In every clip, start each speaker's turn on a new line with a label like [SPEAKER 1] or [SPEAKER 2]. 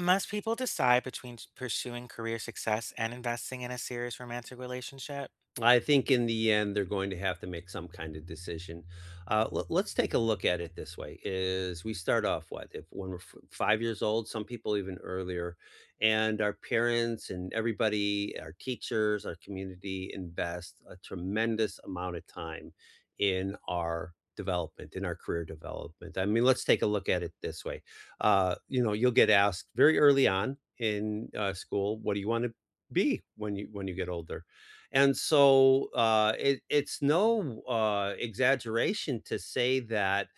[SPEAKER 1] Must people decide between pursuing career success and investing in a serious romantic relationship?
[SPEAKER 2] I think in the end, they're going to have to make some kind of decision. Let's take a look at it this way: is we start off what if when we're 5 years old, some people even earlier, and our parents and everybody, our teachers, our community invest a tremendous amount of time in our development in our career development. I mean, let's take a look at it this way. You'll get asked very early on in school what do you want to be when you get older. And so it's no exaggeration to say that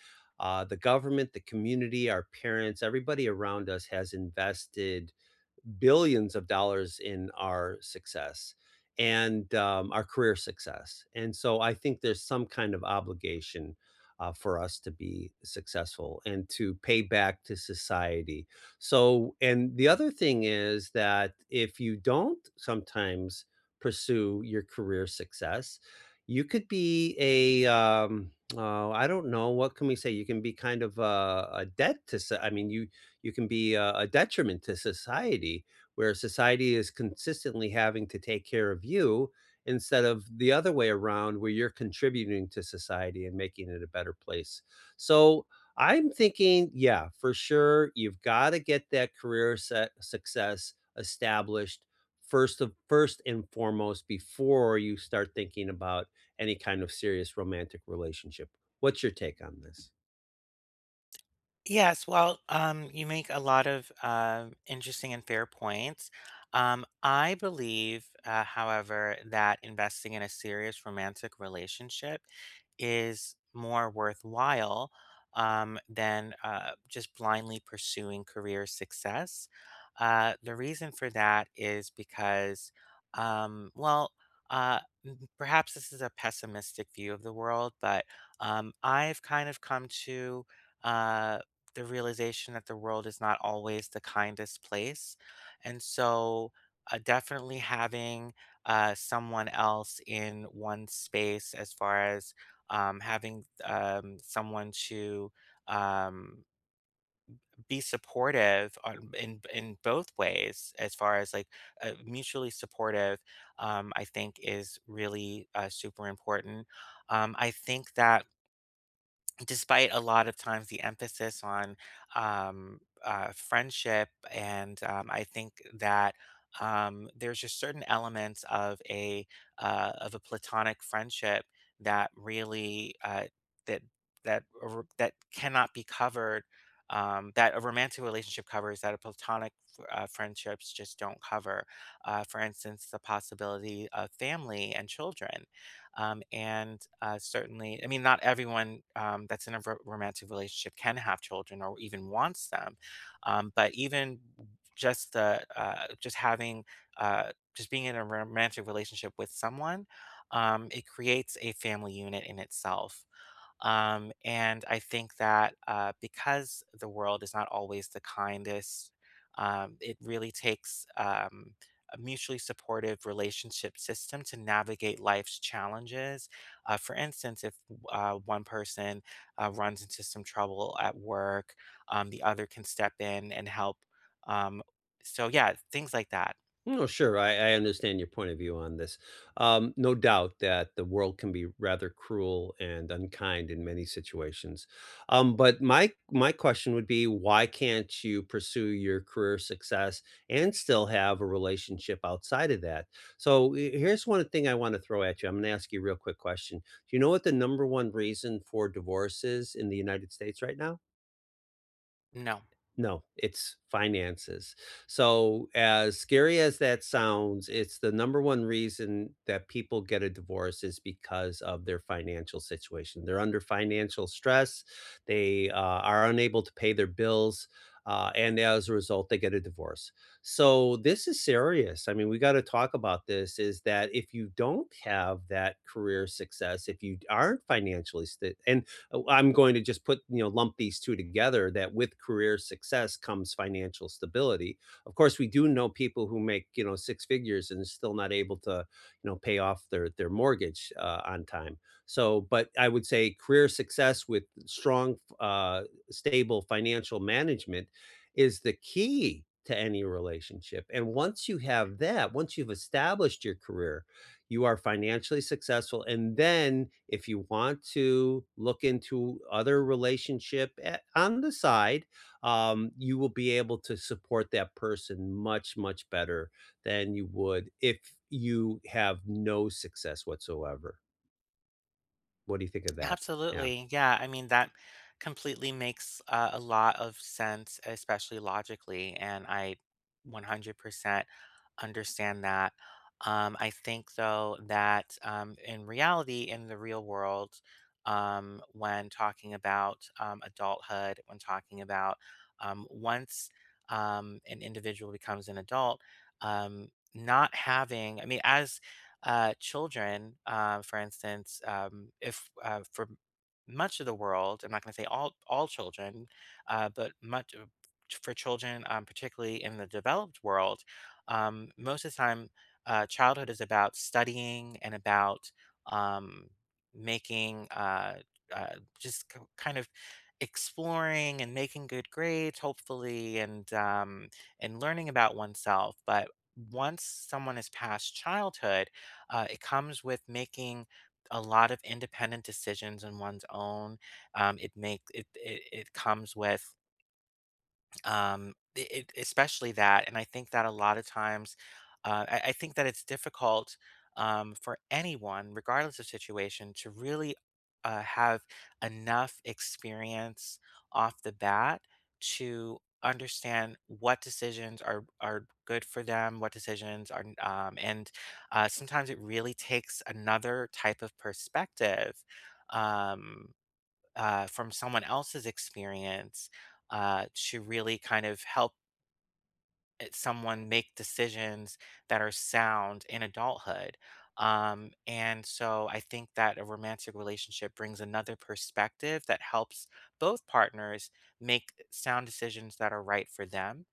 [SPEAKER 2] the government, the community, our parents, everybody around us has invested billions of dollars in our success and our career success. And so I think there's some kind of obligation for us to be successful and to pay back to society. So, and the other thing is that if you don't sometimes pursue your career success, you could be a I don't know, what can we say. You can be kind of a debt to. I mean, you can be a detriment to society where society is consistently having to take care of you instead of the other way around where you're contributing to society and making it a better place. So I'm thinking, yeah, for sure, you've got to get that career set success established first of first and foremost before you start thinking about any kind of serious romantic relationship. What's your take on this?
[SPEAKER 1] Yes, well, you make a lot of interesting and fair points. I believe, however, that investing in a serious romantic relationship is more worthwhile than just blindly pursuing career success. The reason for that is because, um, well, uh, perhaps this is a pessimistic view of the world, but I've kind of come to Uh, the realization that the world is not always the kindest place. And so, definitely having someone else in one space, as far as having someone to, um, be supportive on, in both ways, as far as like mutually supportive, I think is really super important. I think that despite a lot of times the emphasis on friendship, and I think that there's just certain elements of a platonic friendship that really that that cannot be covered. That a romantic relationship covers that a platonic friendships just don't cover. For instance, the possibility of family and children. And certainly, I mean, not everyone that's in a ro- romantic relationship can have children or even wants them. But even just the just having just being in a romantic relationship with someone, it creates a family unit in itself. And I think that because the world is not always the kindest, it really takes a mutually supportive relationship system to navigate life's challenges. For instance, if one person runs into some trouble at work, the other can step in and help. Um, so, yeah, things like that.
[SPEAKER 2] No, sure. I understand your point of view on this. No doubt that the world can be rather cruel and unkind in many situations. But my question would be, why can't you pursue your career success and still have a relationship outside of that? So here's one thing I want to throw at you. I'm going to ask you a real quick question. Do you know what the number one reason for divorce is in the United States right now?
[SPEAKER 1] No.
[SPEAKER 2] No, it's finances. So, as scary as that sounds, it's the number one reason that people get a divorce is because of their financial situation. They're under financial stress, they are unable to pay their bills, and as a result, they get a divorce. So, this is serious. I mean, we got to talk about this is that if you don't have that career success, if you aren't financially and I'm going to just put, you know, lump these two together that with career success comes financial stability. Of course, we do know people who make, you know, six figures and still not able to, you know, pay off their mortgage on time. So, but I would say career success with strong, stable financial management is the key to any relationship. And once you have that, once you've established your career, you are financially successful. And then if you want to look into other relationship on the side, you will be able to support that person much, much better than you would if you have no success whatsoever. What do you think of that? Yeah.
[SPEAKER 1] Absolutely. Yeah. I mean, that completely makes a lot of sense, especially logically. And I 100% understand that. I think, though, that in reality, in the real world, when talking about adulthood, when talking about once an individual becomes an adult, um, not having, I mean, as children, for instance, if for much of the world, I'm not going to say all children, uh, but much of- for children, particularly in the developed world, most of the time, childhood is about studying and about um, making kind of exploring and making good grades, hopefully, and learning about oneself. But once someone has passed childhood, it comes with making a lot of independent decisions on one's own. It comes with um, it, especially that. And I think that a lot of times, I think that it's difficult for anyone, regardless of situation, to really have enough experience off the bat to understand what decisions are good for them, what decisions are, and sometimes it really takes another type of perspective. Um, from someone else's experience to really kind of help someone make decisions that are sound in adulthood. And so I think that a romantic relationship brings another perspective that helps both partners make sound decisions that are right for them.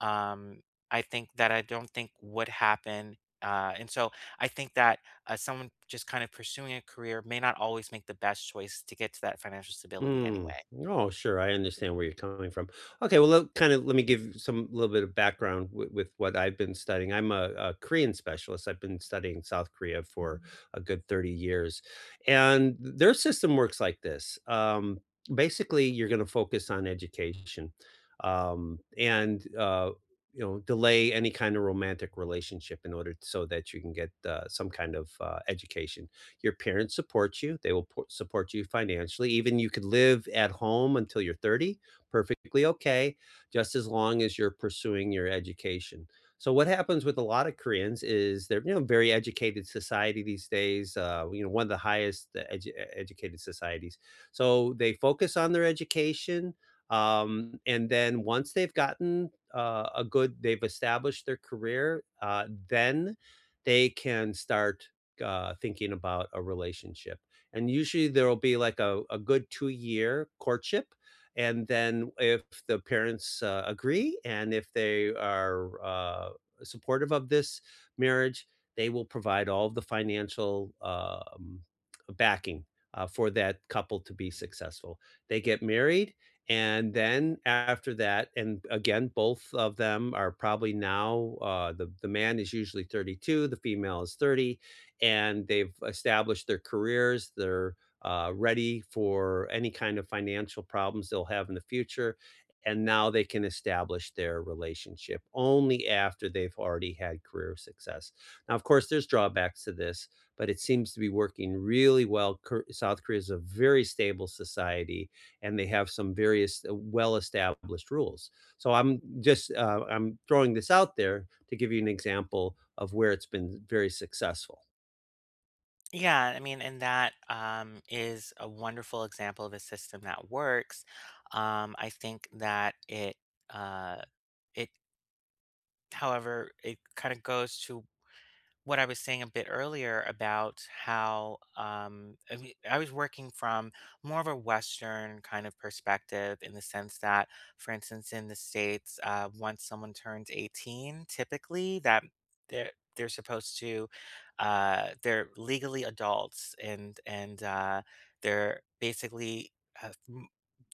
[SPEAKER 1] Um, I think that I don't think would happen. And so I think that someone just kind of pursuing a career may not always make the best choice to get to that financial stability
[SPEAKER 2] Mm.
[SPEAKER 1] anyway.
[SPEAKER 2] Oh, sure. I understand where you're coming from. Okay, well, let, kind of let me give some little bit of background with what I've been studying. I'm a Korean specialist. I've been studying South Korea for a good 30 years, and their system works like this. Basically, you're going to focus on education, and you know, delay any kind of romantic relationship in order so that you can get some kind of education. Your parents support you. They will support you financially. Even you could live at home until you're 30, perfectly okay, just as long as you're pursuing your education. So what happens with a lot of Koreans is they're you know very educated society these days. You know, one of the highest educated societies. So they focus on their education, and then once they've gotten a good, they've established their career, then they can start thinking about a relationship. And usually there will be like a good 2 year courtship. And then if the parents agree and if they are supportive of this marriage, they will provide all the financial backing for that couple to be successful. They get married. And then after that, and again, both of them are probably now. The man is usually 32, the female is 30 and they've established their careers. They're ready for any kind of financial problems they'll have in the future. And now they can establish their relationship only after they've already had career success. Now, of course, there's drawbacks to this, but it seems to be working really well. South Korea is a very stable society, and they have some various well-established rules. So I'm just I'm throwing this out there to give you an example of where it's been very successful.
[SPEAKER 1] Yeah, I mean, and that is a wonderful example of a system that works. I think that uh, it, however, it kind of goes to what I was saying a bit earlier about how mean, I was working from more of a Western kind of perspective in the sense that, for instance, in the States, once someone turns 18, typically that they're supposed to, they're legally adults, and, they're basically Uh,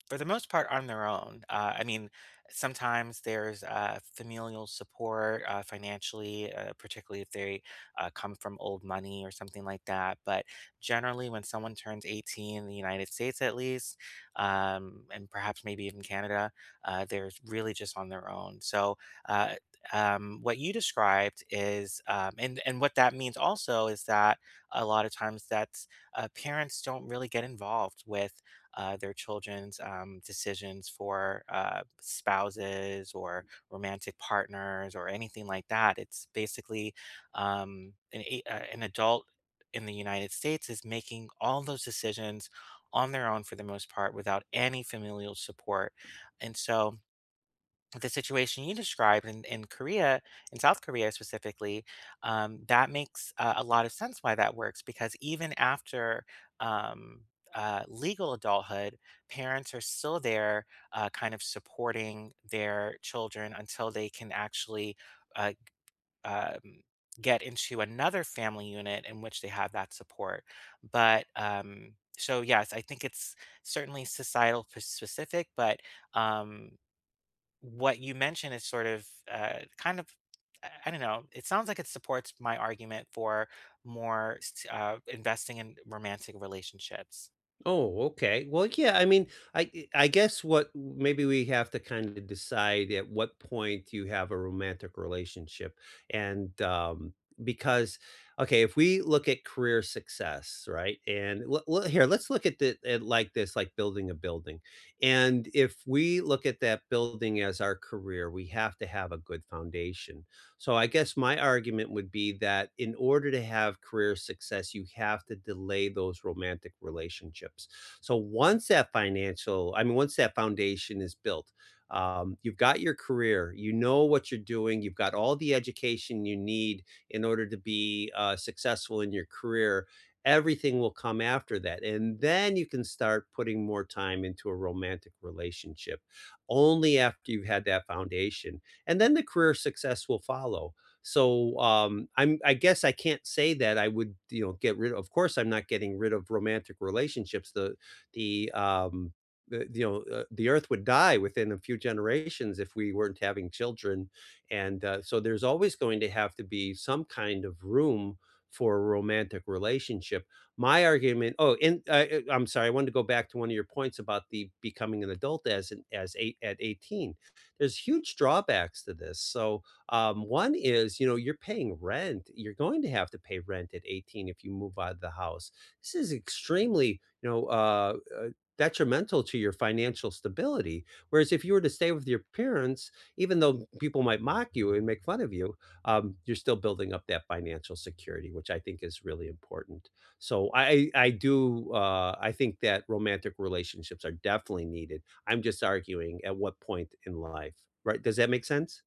[SPEAKER 1] for the most part on their own. I mean, sometimes there's familial support financially, particularly if they come from old money or something like that. But generally, when someone turns 18 in the United States, at least, and perhaps maybe even Canada, they're really just on their own. So, uh, what you described is, and what that means also is that a lot of times that's parents don't really get involved with their children's decisions for spouses or romantic partners or anything like that. It's basically an adult in the United States is making all those decisions on their own for the most part without any familial support. And so, the situation you described in Korea, in South Korea specifically, that makes a lot of sense why that works because even after um, legal adulthood, parents are still there kind of supporting their children until they can actually uh, um, get into another family unit in which they have that support. But so, yes, I think it's certainly societal specific, but um, what you mentioned is sort of kind of I don't know. It sounds like it supports my argument for more investing in romantic relationships.
[SPEAKER 2] Oh, okay. Well, yeah, I mean, I I guess what maybe we have to kind of decide at what point you have a romantic relationship. And because okay, if we look at career success, right? And here, let's look at the at like this, like building a building. And if we look at that building as our career, we have to have a good foundation. So I guess my argument would be that in order to have career success, you have to delay those romantic relationships. So once that financial, I mean, once that foundation is built, you've got your career, you know what you're doing, you've got all the education you need in order to be successful in your career. Everything will come after that. And then you can start putting more time into a romantic relationship only after you've had that foundation and then the career success will follow. So I'm, I guess I can't say that I would, you know, get rid. Of course, I'm not getting rid of romantic relationships. The the um, you know, the earth would die within a few generations if we weren't having children, and so there's always going to have to be some kind of room for a romantic relationship. My argument. Oh, and I'm sorry. I wanted to go back to one of your points about the becoming an adult as an, as eight at 18, there's huge drawbacks to this. So, one is, you know, you're paying rent. You're going to have to pay rent at 18 if you move out of the house. This is extremely, you know, detrimental to your financial stability. Whereas if you were to stay with your parents, even though people might mock you and make fun of you, you're still building up that financial security, which I think is really important. So I do I think that romantic relationships are definitely needed. I'm just arguing at what point in life, right? Does that make sense?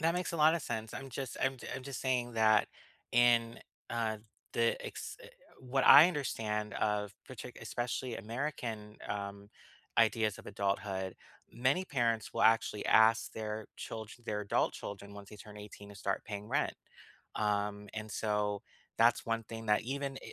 [SPEAKER 1] That makes a lot of sense. I'm just saying that in uh the ex- uh, what I understand of especially American ideas of adulthood, many parents will actually ask their adult children once they turn 18 to start paying rent. And so that's one thing that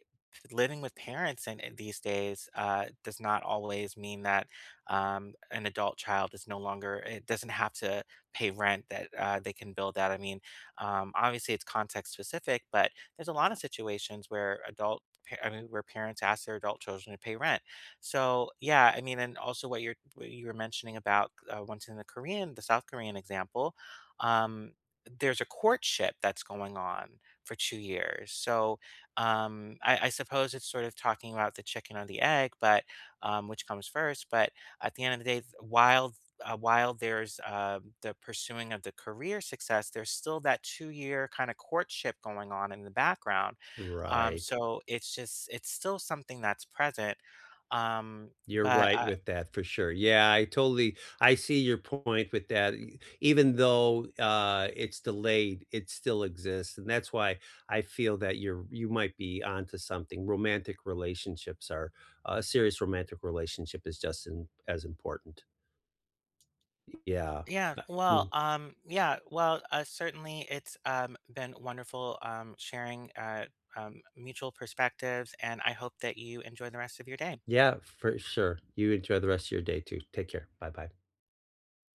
[SPEAKER 1] living with parents in these days does not always mean that an adult child is no longer it doesn't have to pay rent, that they can build that. I mean, obviously it's context specific, but there's a lot of situations where I mean, where parents ask their adult children to pay rent. So yeah, I mean, and also what you're what you were mentioning about, once in the Korean, the South Korean example, um, there's a courtship that's going on for 2 years. So I suppose it's sort of talking about the chicken or the egg, but which comes first. But at the end of the day, while there's the pursuing of the career success, there's still that 2 year kind of courtship going on in the background. Right.
[SPEAKER 2] Right.
[SPEAKER 1] So it's just, it's still something that's present. Um,
[SPEAKER 2] You're
[SPEAKER 1] but
[SPEAKER 2] right with that for sure. Yeah, I totally I see your point with that. Even though it's delayed, it still exists. And that's why I feel that you're you might be onto something. Romantic relationships are a serious romantic relationship is just in, as important. Yeah.
[SPEAKER 1] yeah,
[SPEAKER 2] I-
[SPEAKER 1] well,
[SPEAKER 2] mm,
[SPEAKER 1] yeah, well, certainly it's been wonderful sharing mutual perspectives, and I hope that you enjoy the rest of your day.
[SPEAKER 2] Yeah, for sure. You enjoy the rest of your day too. Take care. Bye-bye.